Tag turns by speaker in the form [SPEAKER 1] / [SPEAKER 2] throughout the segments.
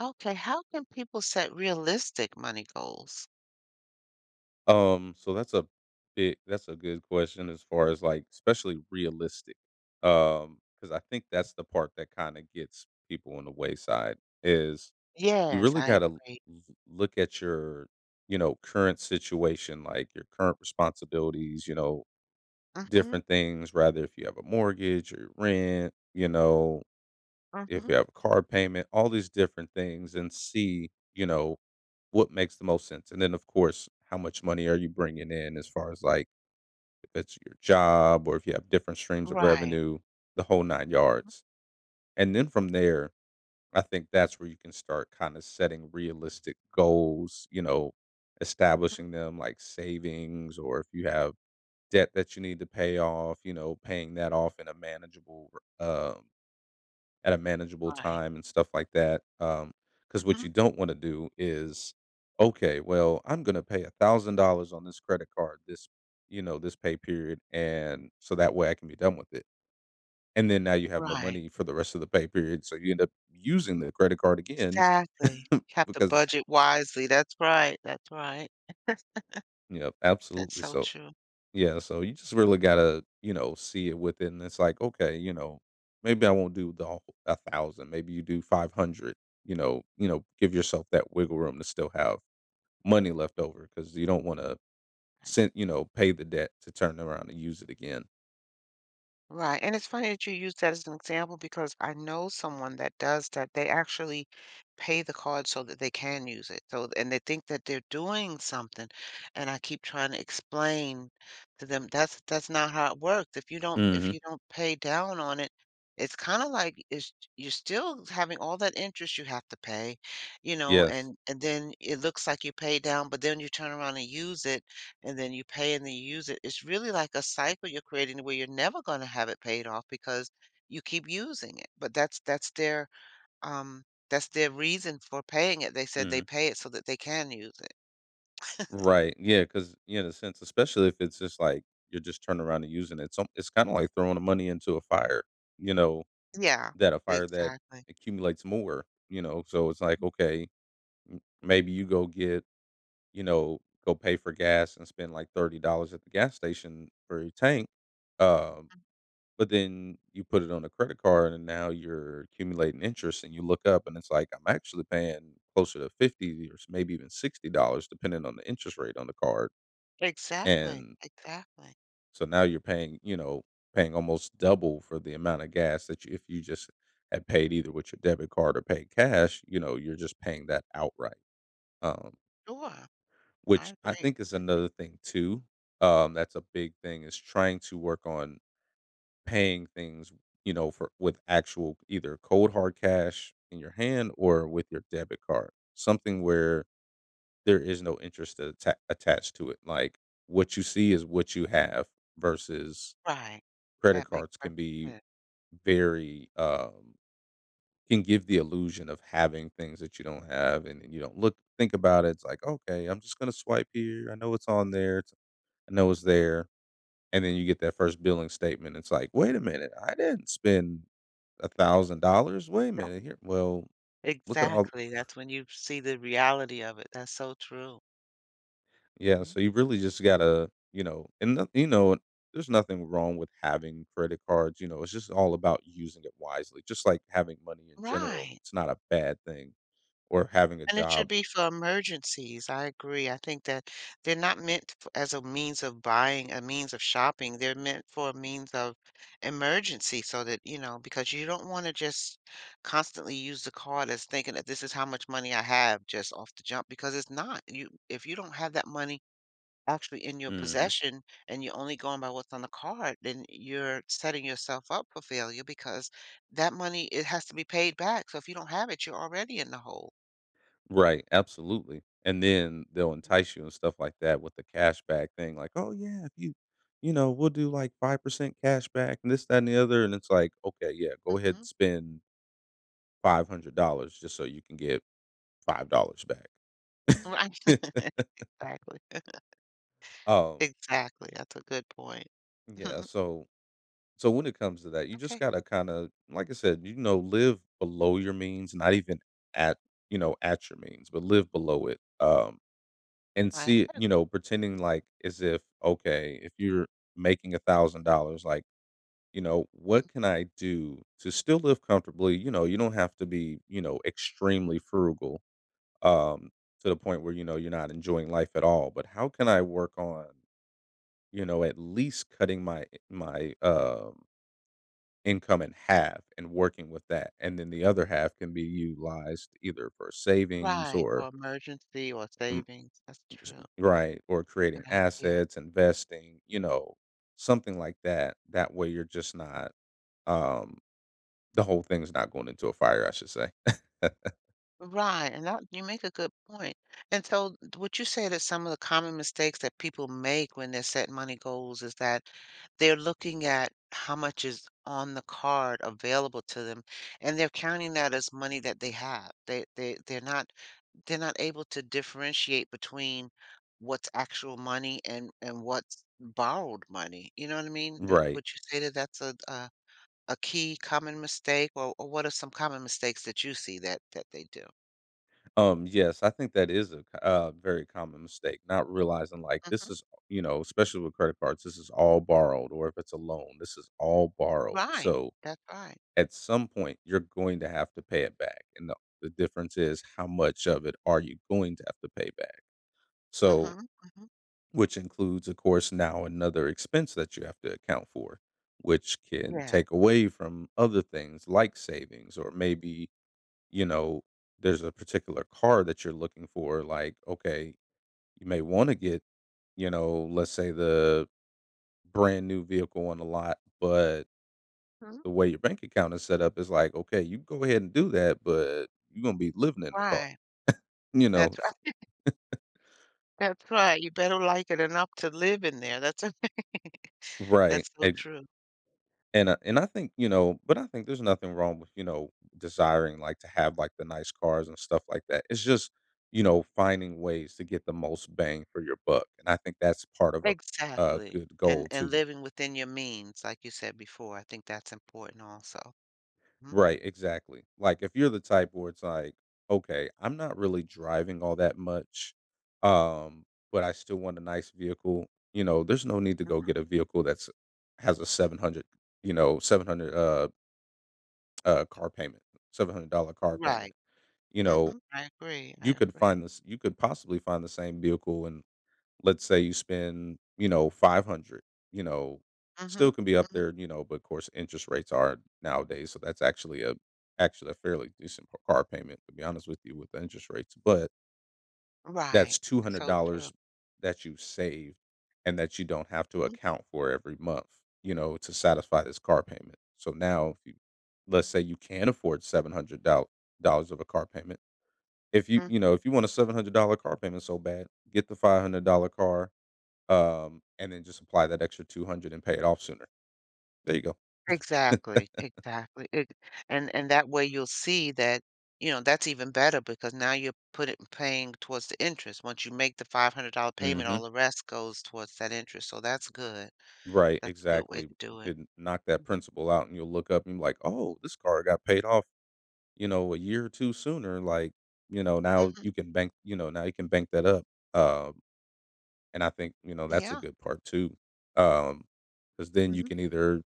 [SPEAKER 1] Okay, how can people set realistic money goals?
[SPEAKER 2] So that's a good question as far as like especially realistic. Because I think that's the part that kind of gets people on the wayside is you
[SPEAKER 1] Yes,
[SPEAKER 2] really
[SPEAKER 1] I agree.
[SPEAKER 2] look at your, you know, current situation, like your current responsibilities, you know,
[SPEAKER 1] Mhm,
[SPEAKER 2] different things, rather if you have a mortgage or rent, you know, if
[SPEAKER 1] mhm.
[SPEAKER 2] you have a car payment, all these different things and see, you know, what makes the most sense? And then, of course, how much money are you bringing in as far as like if it's your job or if you have different streams of
[SPEAKER 1] Right.
[SPEAKER 2] revenue, the whole nine yards. And then from there, I think that's where you can start kind of setting realistic goals, you know,
[SPEAKER 1] Mhm,
[SPEAKER 2] establishing them like savings or if you have debt that you need to pay off, you know, paying that off in a manageable um at a manageable
[SPEAKER 1] right.
[SPEAKER 2] time and stuff like that. Because what you
[SPEAKER 1] Mhm,
[SPEAKER 2] don't wanna do is, "Okay, well, I'm gonna pay $1,000 on this credit card this pay period, and so that way I can be done with it." And then now you have no
[SPEAKER 1] right.
[SPEAKER 2] money for the rest of the pay period, so you end up using the credit card again
[SPEAKER 1] Exactly. Have to
[SPEAKER 2] because,
[SPEAKER 1] budget wisely. That's right, that's right.
[SPEAKER 2] you know,
[SPEAKER 1] That's
[SPEAKER 2] absolutely,
[SPEAKER 1] so
[SPEAKER 2] so
[SPEAKER 1] true.
[SPEAKER 2] yeah. So you just really gotta, you know, see it within, it's like, okay, you know, maybe I won't do the a thousand, maybe you do 500, you know, give yourself that wiggle room to still have money left over because you don't want to you know, pay the debt to turn around and use it again.
[SPEAKER 1] Right, and it's funny that you use that as an example because I know someone that does that. They actually pay the card so that they can use it. So, and they think that they're doing something, and I keep trying to explain to them that's not how it works. If you don't if
[SPEAKER 2] hmm
[SPEAKER 1] you don't pay down on it, it's kind of like it's you're still having all that interest you have to pay, you know,
[SPEAKER 2] Yes.
[SPEAKER 1] and then it looks like you pay down, but then you turn around and use it and then you pay and then you use it. It's really like a cycle you're creating where you're never going to have it paid off because you keep using it. But um that's their reason for paying it. They said they
[SPEAKER 2] Mhm.
[SPEAKER 1] pay it so that they can use it.
[SPEAKER 2] Right. Yeah. Because yeah, in a sense, especially if it's just like you're just turning around and using it, some it's kind of like throwing the money into a fire. You know,
[SPEAKER 1] Yeah,
[SPEAKER 2] that a fire that
[SPEAKER 1] exactly.
[SPEAKER 2] accumulates more. You know, so it's like okay, M maybe you go get, you know, go pay for gas and spend like $30 at the gas station for your tank, um, but then you put it on a credit card and now you're accumulating interest and you look up and it's like, I'm actually paying closer to 50, or s maybe even $60 depending on the interest rate on the card,
[SPEAKER 1] Exactly.
[SPEAKER 2] and
[SPEAKER 1] Exactly.
[SPEAKER 2] so now you're paying, you know, paying almost double for the amount of gas that you, if you just had paid either with your debit card or paid cash, you know, you're just paying that outright, um
[SPEAKER 1] Sure. I
[SPEAKER 2] which I
[SPEAKER 1] agree.
[SPEAKER 2] think is
[SPEAKER 1] I
[SPEAKER 2] another thing too. That's a big thing, is trying to work on paying things, you know, for with actual either cold hard cash in your hand or with your debit card. Something where there is no interest attached to it, like, what you see is what you have versus
[SPEAKER 1] Right.
[SPEAKER 2] credit
[SPEAKER 1] That makes
[SPEAKER 2] cards can
[SPEAKER 1] perfect
[SPEAKER 2] be
[SPEAKER 1] sense.
[SPEAKER 2] very, can give the illusion of having things that you don't have, and then you don't look think about it, it's like, "Okay, I'm just gonna swipe here, I know it's on there. I know it's there," and then you get that first billing statement, it's like, "Wait a minute, I didn't spend $1,000, wait a
[SPEAKER 1] Yeah.
[SPEAKER 2] minute here, well, look at all."
[SPEAKER 1] Exactly. That's when you see the reality of it. That's so true.
[SPEAKER 2] Yeah,
[SPEAKER 1] Mhm.
[SPEAKER 2] so you really just gotta, you know, and you know, there's nothing wrong with having credit cards, you know, it's just all about using it wisely, just like having money in general,
[SPEAKER 1] Right.
[SPEAKER 2] it's not a bad thing, or having a
[SPEAKER 1] And it
[SPEAKER 2] job.
[SPEAKER 1] should be for emergencies. I agree. I think that they're not meant f as a means of buying, a means of shopping. They're meant for a means of emergency so that, you know, because you don't wanna just constantly use the card as thinking that this is how much money I have just off the jump because it's not. You if you don't have that money actually in your
[SPEAKER 2] Mhm.
[SPEAKER 1] possession and you're only going by what's on the card, then you're setting yourself up for failure because that money, it has to be paid back. So if you don't have it, you're already in the hole.
[SPEAKER 2] Right, absolutely, and then they'll entice you and stuff like that with the cashback thing, like, "Oh, yeah, if we'll do, like, 5% cashback and this, that, and the other," and it's like, "Okay, yeah, go ahead and
[SPEAKER 1] Mhm.
[SPEAKER 2] spend $500 just so you can get $5 back."
[SPEAKER 1] Right. Exactly,
[SPEAKER 2] Um,
[SPEAKER 1] exactly, that's a good point.
[SPEAKER 2] yeah, so when it comes to that, you just
[SPEAKER 1] Okay,
[SPEAKER 2] gotta kinda, like I said, you know, live below your means, not even at at your means, but live below it. And
[SPEAKER 1] right,
[SPEAKER 2] see, you know, pretending like as if, okay, if you're making $1,000, like, you know, what can I do to still live comfortably? You know, you don't have to be, you know, extremely frugal, um, to the point where, you know, you're not enjoying life at all, but how can I work on, you know, at least cutting my income in half and working with that? And then the other half can be utilized either for savings
[SPEAKER 1] right,
[SPEAKER 2] or
[SPEAKER 1] or emergency or
[SPEAKER 2] um,
[SPEAKER 1] savings, that's
[SPEAKER 2] S
[SPEAKER 1] true,
[SPEAKER 2] right, or creating
[SPEAKER 1] good idea.
[SPEAKER 2] assets, investing, you know, something like that. That way you're just not, um the whole thing's not going into a fire, I should say.
[SPEAKER 1] Right, and that you make a good point. And so, would you say that some of the common mistakes that people make when they're setting money goals is that they're looking at how much is on the card available to them, and they're counting that as money that they have. They're not able to differentiate between what's actual money and what's borrowed money. You know what I mean?
[SPEAKER 2] Right.
[SPEAKER 1] Would you say that that's a key common mistake, or what are some common mistakes that you see that they do?
[SPEAKER 2] Yes, I think that is a very common mistake, not realizing, like, this
[SPEAKER 1] Hmm.
[SPEAKER 2] is, you know, especially with credit cards, this is all borrowed, or if it's a loan, this is all borrowed.
[SPEAKER 1] Right,
[SPEAKER 2] So,
[SPEAKER 1] that's right.
[SPEAKER 2] at some point, you're going to have to pay it back, and the difference is how much of it are you going to have to pay back. So
[SPEAKER 1] Mm-hmm. Hmm.
[SPEAKER 2] which includes, of course, now another expense that you have to account for, which can
[SPEAKER 1] Yeah.
[SPEAKER 2] take away from other things like savings, or maybe, you know, there's a particular car that you're looking for. Like, okay, you may want to get, you know, let's say the brand new vehicle on the lot, but
[SPEAKER 1] Mhm.
[SPEAKER 2] the way your bank account is set up is like, okay, you go ahead and do that, but you're going to be living in the car,
[SPEAKER 1] Right.
[SPEAKER 2] you know?
[SPEAKER 1] That's right. That's right. You better like it enough to live in there. That's a-
[SPEAKER 2] Right.
[SPEAKER 1] that's so true.
[SPEAKER 2] And I think, you know, but I think there's nothing wrong with, you know, desiring, like, to have, like, the nice cars and stuff like that. It's just, you know, finding ways to get the most bang for your buck, and I think that's part of a
[SPEAKER 1] Exactly.
[SPEAKER 2] good
[SPEAKER 1] And
[SPEAKER 2] goal too.
[SPEAKER 1] living within your means, like you said before, I think that's important also. Mm-hmm.
[SPEAKER 2] Right, exactly. Like, if you're the type where it's like, "Okay, I'm not really driving all that much, um, but I still want a nice vehicle," you know, there's no need to go get a vehicle that's has a 700, you know, car payment, $700 car
[SPEAKER 1] Right.
[SPEAKER 2] payment. You know,
[SPEAKER 1] Mhm. I agree, I agree.
[SPEAKER 2] you could possibly find the same vehicle and, let's say you spend, you know, 500, you know, still
[SPEAKER 1] Mhm,
[SPEAKER 2] can be up
[SPEAKER 1] mhm.
[SPEAKER 2] there, you know, but of course interest rates are nowadays, so that's actually a fairly decent car payment to be honest with you with the interest rates, but
[SPEAKER 1] Right.
[SPEAKER 2] that's
[SPEAKER 1] That's so true.
[SPEAKER 2] $200 that you saved and that you don't have to
[SPEAKER 1] Mhm,
[SPEAKER 2] account for every month, you know, to satisfy this car payment. So now if you, let's say you can afford $700 dollars of a car payment,
[SPEAKER 1] mhm.
[SPEAKER 2] if you want a $700 car payment so bad, get the $500 car, and then just apply that extra 200 and pay it off sooner. There you go.
[SPEAKER 1] Exactly, exactly. It And that way you'll see that, you know, that's even better because now you're putting paying towards the interest. Once you make the $500 payment, all
[SPEAKER 2] Mhm.
[SPEAKER 1] the rest goes towards that interest, so that's good.
[SPEAKER 2] Right,
[SPEAKER 1] That's a good way
[SPEAKER 2] exactly.
[SPEAKER 1] to
[SPEAKER 2] You
[SPEAKER 1] do it.
[SPEAKER 2] could knock that
[SPEAKER 1] Mhm,
[SPEAKER 2] principal out and you'll look up and be like, "Oh, this car got paid off, you know, a year or 2 sooner." Like, you know,
[SPEAKER 1] mhm.
[SPEAKER 2] now you can bank that up, uh And I think, you know, that's a
[SPEAKER 1] Yeah,
[SPEAKER 2] good part too. Um, because then you
[SPEAKER 1] mhm.
[SPEAKER 2] can either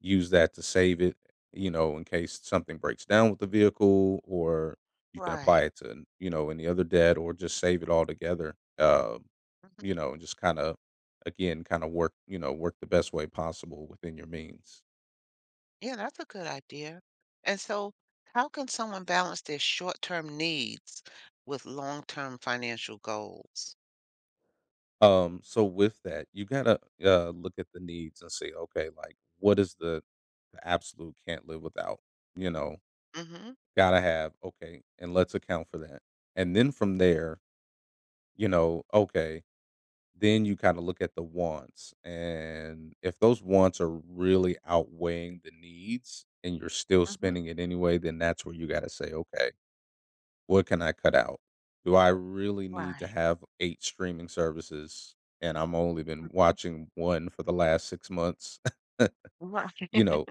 [SPEAKER 2] use that to save it, you know, in case something breaks down with the vehicle, or you can apply
[SPEAKER 1] Right.
[SPEAKER 2] it to, you know, any other debt or just save it all together.
[SPEAKER 1] Mhm.
[SPEAKER 2] You know, and just kind of again, kind of work the best way possible within your means.
[SPEAKER 1] Yeah, that's a good idea. And so, how can someone balance their short-term needs with long-term financial goals?
[SPEAKER 2] So with that, you gotta look at the needs and say, okay, like what is the absolute can't live without, you know,
[SPEAKER 1] Mhm.
[SPEAKER 2] gotta have, okay, and let's account for that. And then from there, you know, okay, then you kinda look at the wants, and if those wants are really outweighing the needs and you're still
[SPEAKER 1] Mhm.
[SPEAKER 2] spending it anyway, then that's where you gotta say, "Okay, what can I cut out? Do I really need
[SPEAKER 1] Right.
[SPEAKER 2] to have 8 streaming services and I'm only been watching 1 for the last 6 months?
[SPEAKER 1] Right.
[SPEAKER 2] You know,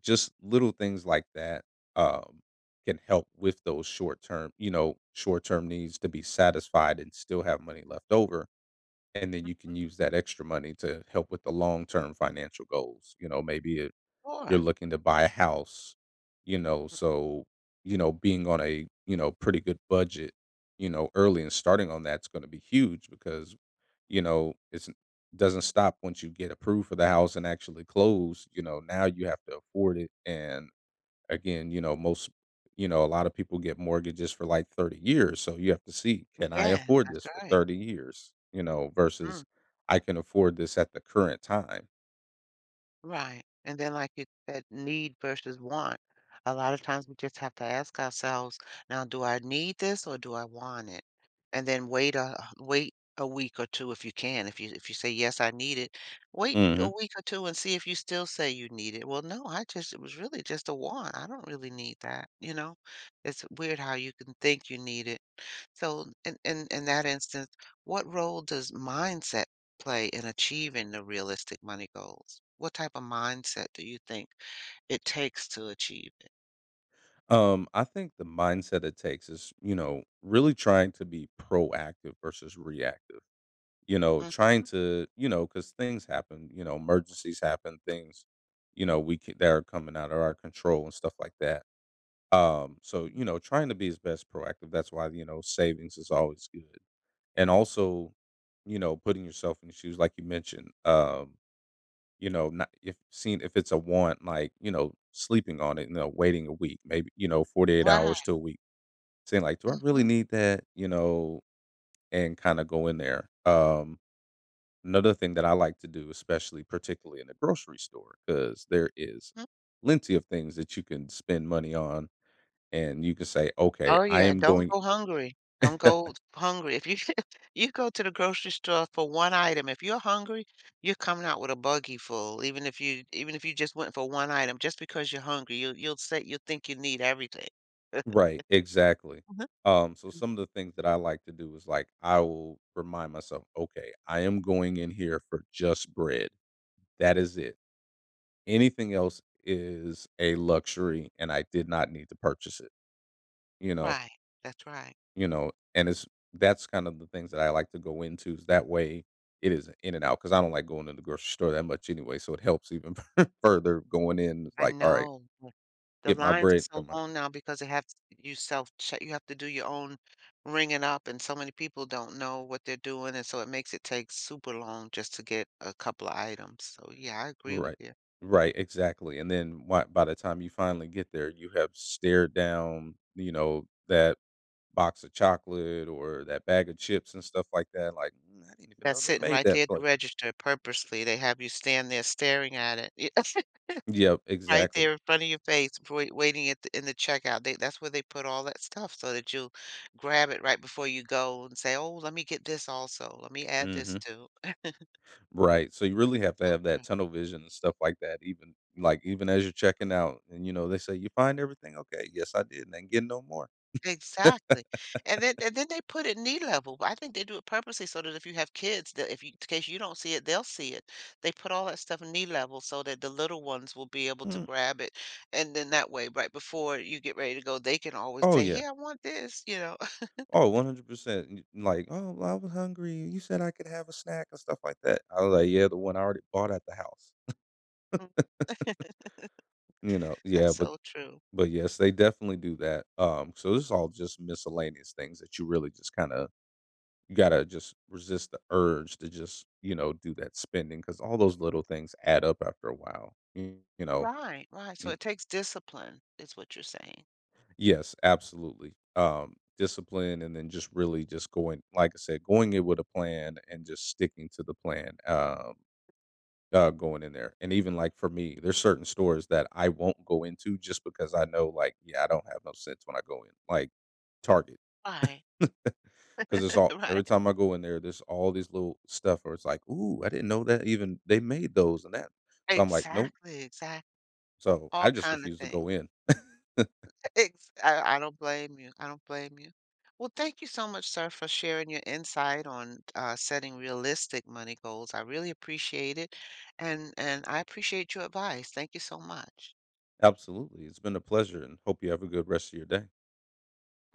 [SPEAKER 2] just little things like that, um, can help with those short-term needs to be satisfied and still have money left over, and then you can use that extra money to help with the long-term financial goals. You know, maybe if you're
[SPEAKER 1] Sure.
[SPEAKER 2] looking to buy a house. you know, so, Being on a, pretty good budget, you know, early and starting on that's gonna be huge. Because you know, it's doesn't stop once you get approved for the house and actually close, you know, now you have to afford it. And again, you know, a lot of people get mortgages for, like, 30 years, so you have to see, "Can I
[SPEAKER 1] Yeah,
[SPEAKER 2] afford
[SPEAKER 1] that's
[SPEAKER 2] this for
[SPEAKER 1] right.
[SPEAKER 2] 30 years?" You know, versus,
[SPEAKER 1] Mhm.
[SPEAKER 2] "I can afford this at the current time."
[SPEAKER 1] Right. And then, like you said, need versus want. A lot of times we just have to ask ourselves, now, do I need this or do I want it? And then wait a week or two if you can. If you say yes, I need it, wait a
[SPEAKER 2] Mhm.
[SPEAKER 1] week or two and see if you still say you need it. Well, no, I just it was really just a want. I don't really need that. You know, it's weird how you can think you need it. So, in that instance, what role does mindset play in achieving the realistic money goals? What type of mindset do you think it takes to achieve it?
[SPEAKER 2] I think the mindset it takes is, you know, really trying to be proactive versus reactive. You know,
[SPEAKER 1] Mm,
[SPEAKER 2] trying to, you know, Because things happen, you know, emergencies happen, things, you know, we ca- that are coming out of our control and stuff like that. So you
[SPEAKER 1] mhm.
[SPEAKER 2] know, trying to be as best proactive. That's why you know savings is always good. And also, you know, putting yourself in the shoes, like you mentioned. You know, not if seen if it's a want, like you know, sleeping on it, you know, waiting a week, maybe you know, 48 hours
[SPEAKER 1] Right,
[SPEAKER 2] to a week, saying like, do I really
[SPEAKER 1] mhm,
[SPEAKER 2] need that? You know, and kind of go in there. Another thing that I like to do, especially particularly in the grocery store, because there is
[SPEAKER 1] mhm.
[SPEAKER 2] plenty of things that you can spend money on, and you can say, "Okay,
[SPEAKER 1] Oh,
[SPEAKER 2] I
[SPEAKER 1] yeah,
[SPEAKER 2] am
[SPEAKER 1] don't
[SPEAKER 2] going."
[SPEAKER 1] go hungry. Don't go hungry. If you You go to the grocery store for one item, if you're hungry, you're coming out with a buggy full, even if you just went for one item, just because you're hungry, you'll think you need everything.
[SPEAKER 2] Right, exactly.
[SPEAKER 1] Mhm.
[SPEAKER 2] So some of the things that I like to do is like I will remind myself, "Okay, I am going in here for just bread. That is it. Anything else is a luxury, and I did not need to purchase it." You know,
[SPEAKER 1] Right, that's right.
[SPEAKER 2] And it's That's kind of the things that I like to go into, is that way it is in and out, because I don't like going to the grocery store that much anyway, so it helps even further going in, it's
[SPEAKER 1] I
[SPEAKER 2] like, "All right,
[SPEAKER 1] know, but the
[SPEAKER 2] get my
[SPEAKER 1] lines are
[SPEAKER 2] bread,
[SPEAKER 1] so
[SPEAKER 2] come on."
[SPEAKER 1] long now because they have you self check you have to do your own ringing up, and so many people don't know what they're doing, and so it makes it take super long just to get a couple of items. So, yeah, I agree with
[SPEAKER 2] Right.
[SPEAKER 1] you.
[SPEAKER 2] Right, exactly, and then why by the time you finally get there, you have stared down, you know, that box of chocolate or that bag of chips and stuff like that, like, "Mm, I didn't even know
[SPEAKER 1] That's
[SPEAKER 2] they
[SPEAKER 1] sitting
[SPEAKER 2] made
[SPEAKER 1] right
[SPEAKER 2] that
[SPEAKER 1] there at the
[SPEAKER 2] flavor."
[SPEAKER 1] register purposely. They have you stand there staring at it.
[SPEAKER 2] Yep,
[SPEAKER 1] Right
[SPEAKER 2] exactly.
[SPEAKER 1] there in front of your face, waiting at the in the checkout. They that's where they put all that stuff so that you'll grab it right before you go and say, "Oh, let me get this also. Let me add this
[SPEAKER 2] Mhm.
[SPEAKER 1] too."
[SPEAKER 2] Right, so you really have to
[SPEAKER 1] So
[SPEAKER 2] have
[SPEAKER 1] true.
[SPEAKER 2] that tunnel vision and stuff like that, even as you're checking out and, you know, they say, "You find everything?" "Okay, yes, I did, and I ain't no more."
[SPEAKER 1] Exactly. And then they put it knee level. I think they do it purposely so that if you have kids, that if you in case you don't see it, they'll see it. They put all that stuff knee level so that the little ones will be able to
[SPEAKER 2] "Mm,
[SPEAKER 1] grab it, and then that way, right before you get ready to go, they can always
[SPEAKER 2] oh,
[SPEAKER 1] say,
[SPEAKER 2] yeah.
[SPEAKER 1] "Here, I want this," you know?
[SPEAKER 2] Oh, 100%." And you like, "Oh, well, I was hungry, you said I could have a snack," and stuff like that. I was like, "Yeah, the one I already bought at the house." You know? Yeah,
[SPEAKER 1] That's so true.
[SPEAKER 2] but, yes, they definitely do that. This is all just miscellaneous things that you really just kinda you gotta just resist the urge to just you know do that spending, because all those little things add up after a while, you know.
[SPEAKER 1] Right, right, so
[SPEAKER 2] Mm,
[SPEAKER 1] it takes discipline, is what you're saying.
[SPEAKER 2] yes, absolutely. Discipline, and then just really just going, like I said, going in with a plan and just sticking to the plan. Going in there, and even like for me there's certain stores that I won't go into just because I know, like, yeah, I don't have no sense when I go in, like Target.
[SPEAKER 1] Right,
[SPEAKER 2] 'Cause it's all every
[SPEAKER 1] right.
[SPEAKER 2] time I go in there, there's all these little stuff where it's like, "Ooh, I didn't know that even they made those and that." So I'm like, "Nope."
[SPEAKER 1] Exactly, exact
[SPEAKER 2] So
[SPEAKER 1] all
[SPEAKER 2] I just
[SPEAKER 1] kinda
[SPEAKER 2] refuse to go
[SPEAKER 1] things.
[SPEAKER 2] in.
[SPEAKER 1] Ex I don't blame you, I don't blame you. Well, thank you so much, sir, for sharing your insight on, setting realistic money goals. I really appreciate it, and I appreciate your advice. Thank you so much.
[SPEAKER 2] Absolutely. It's been a pleasure and hope you have a good rest of your day.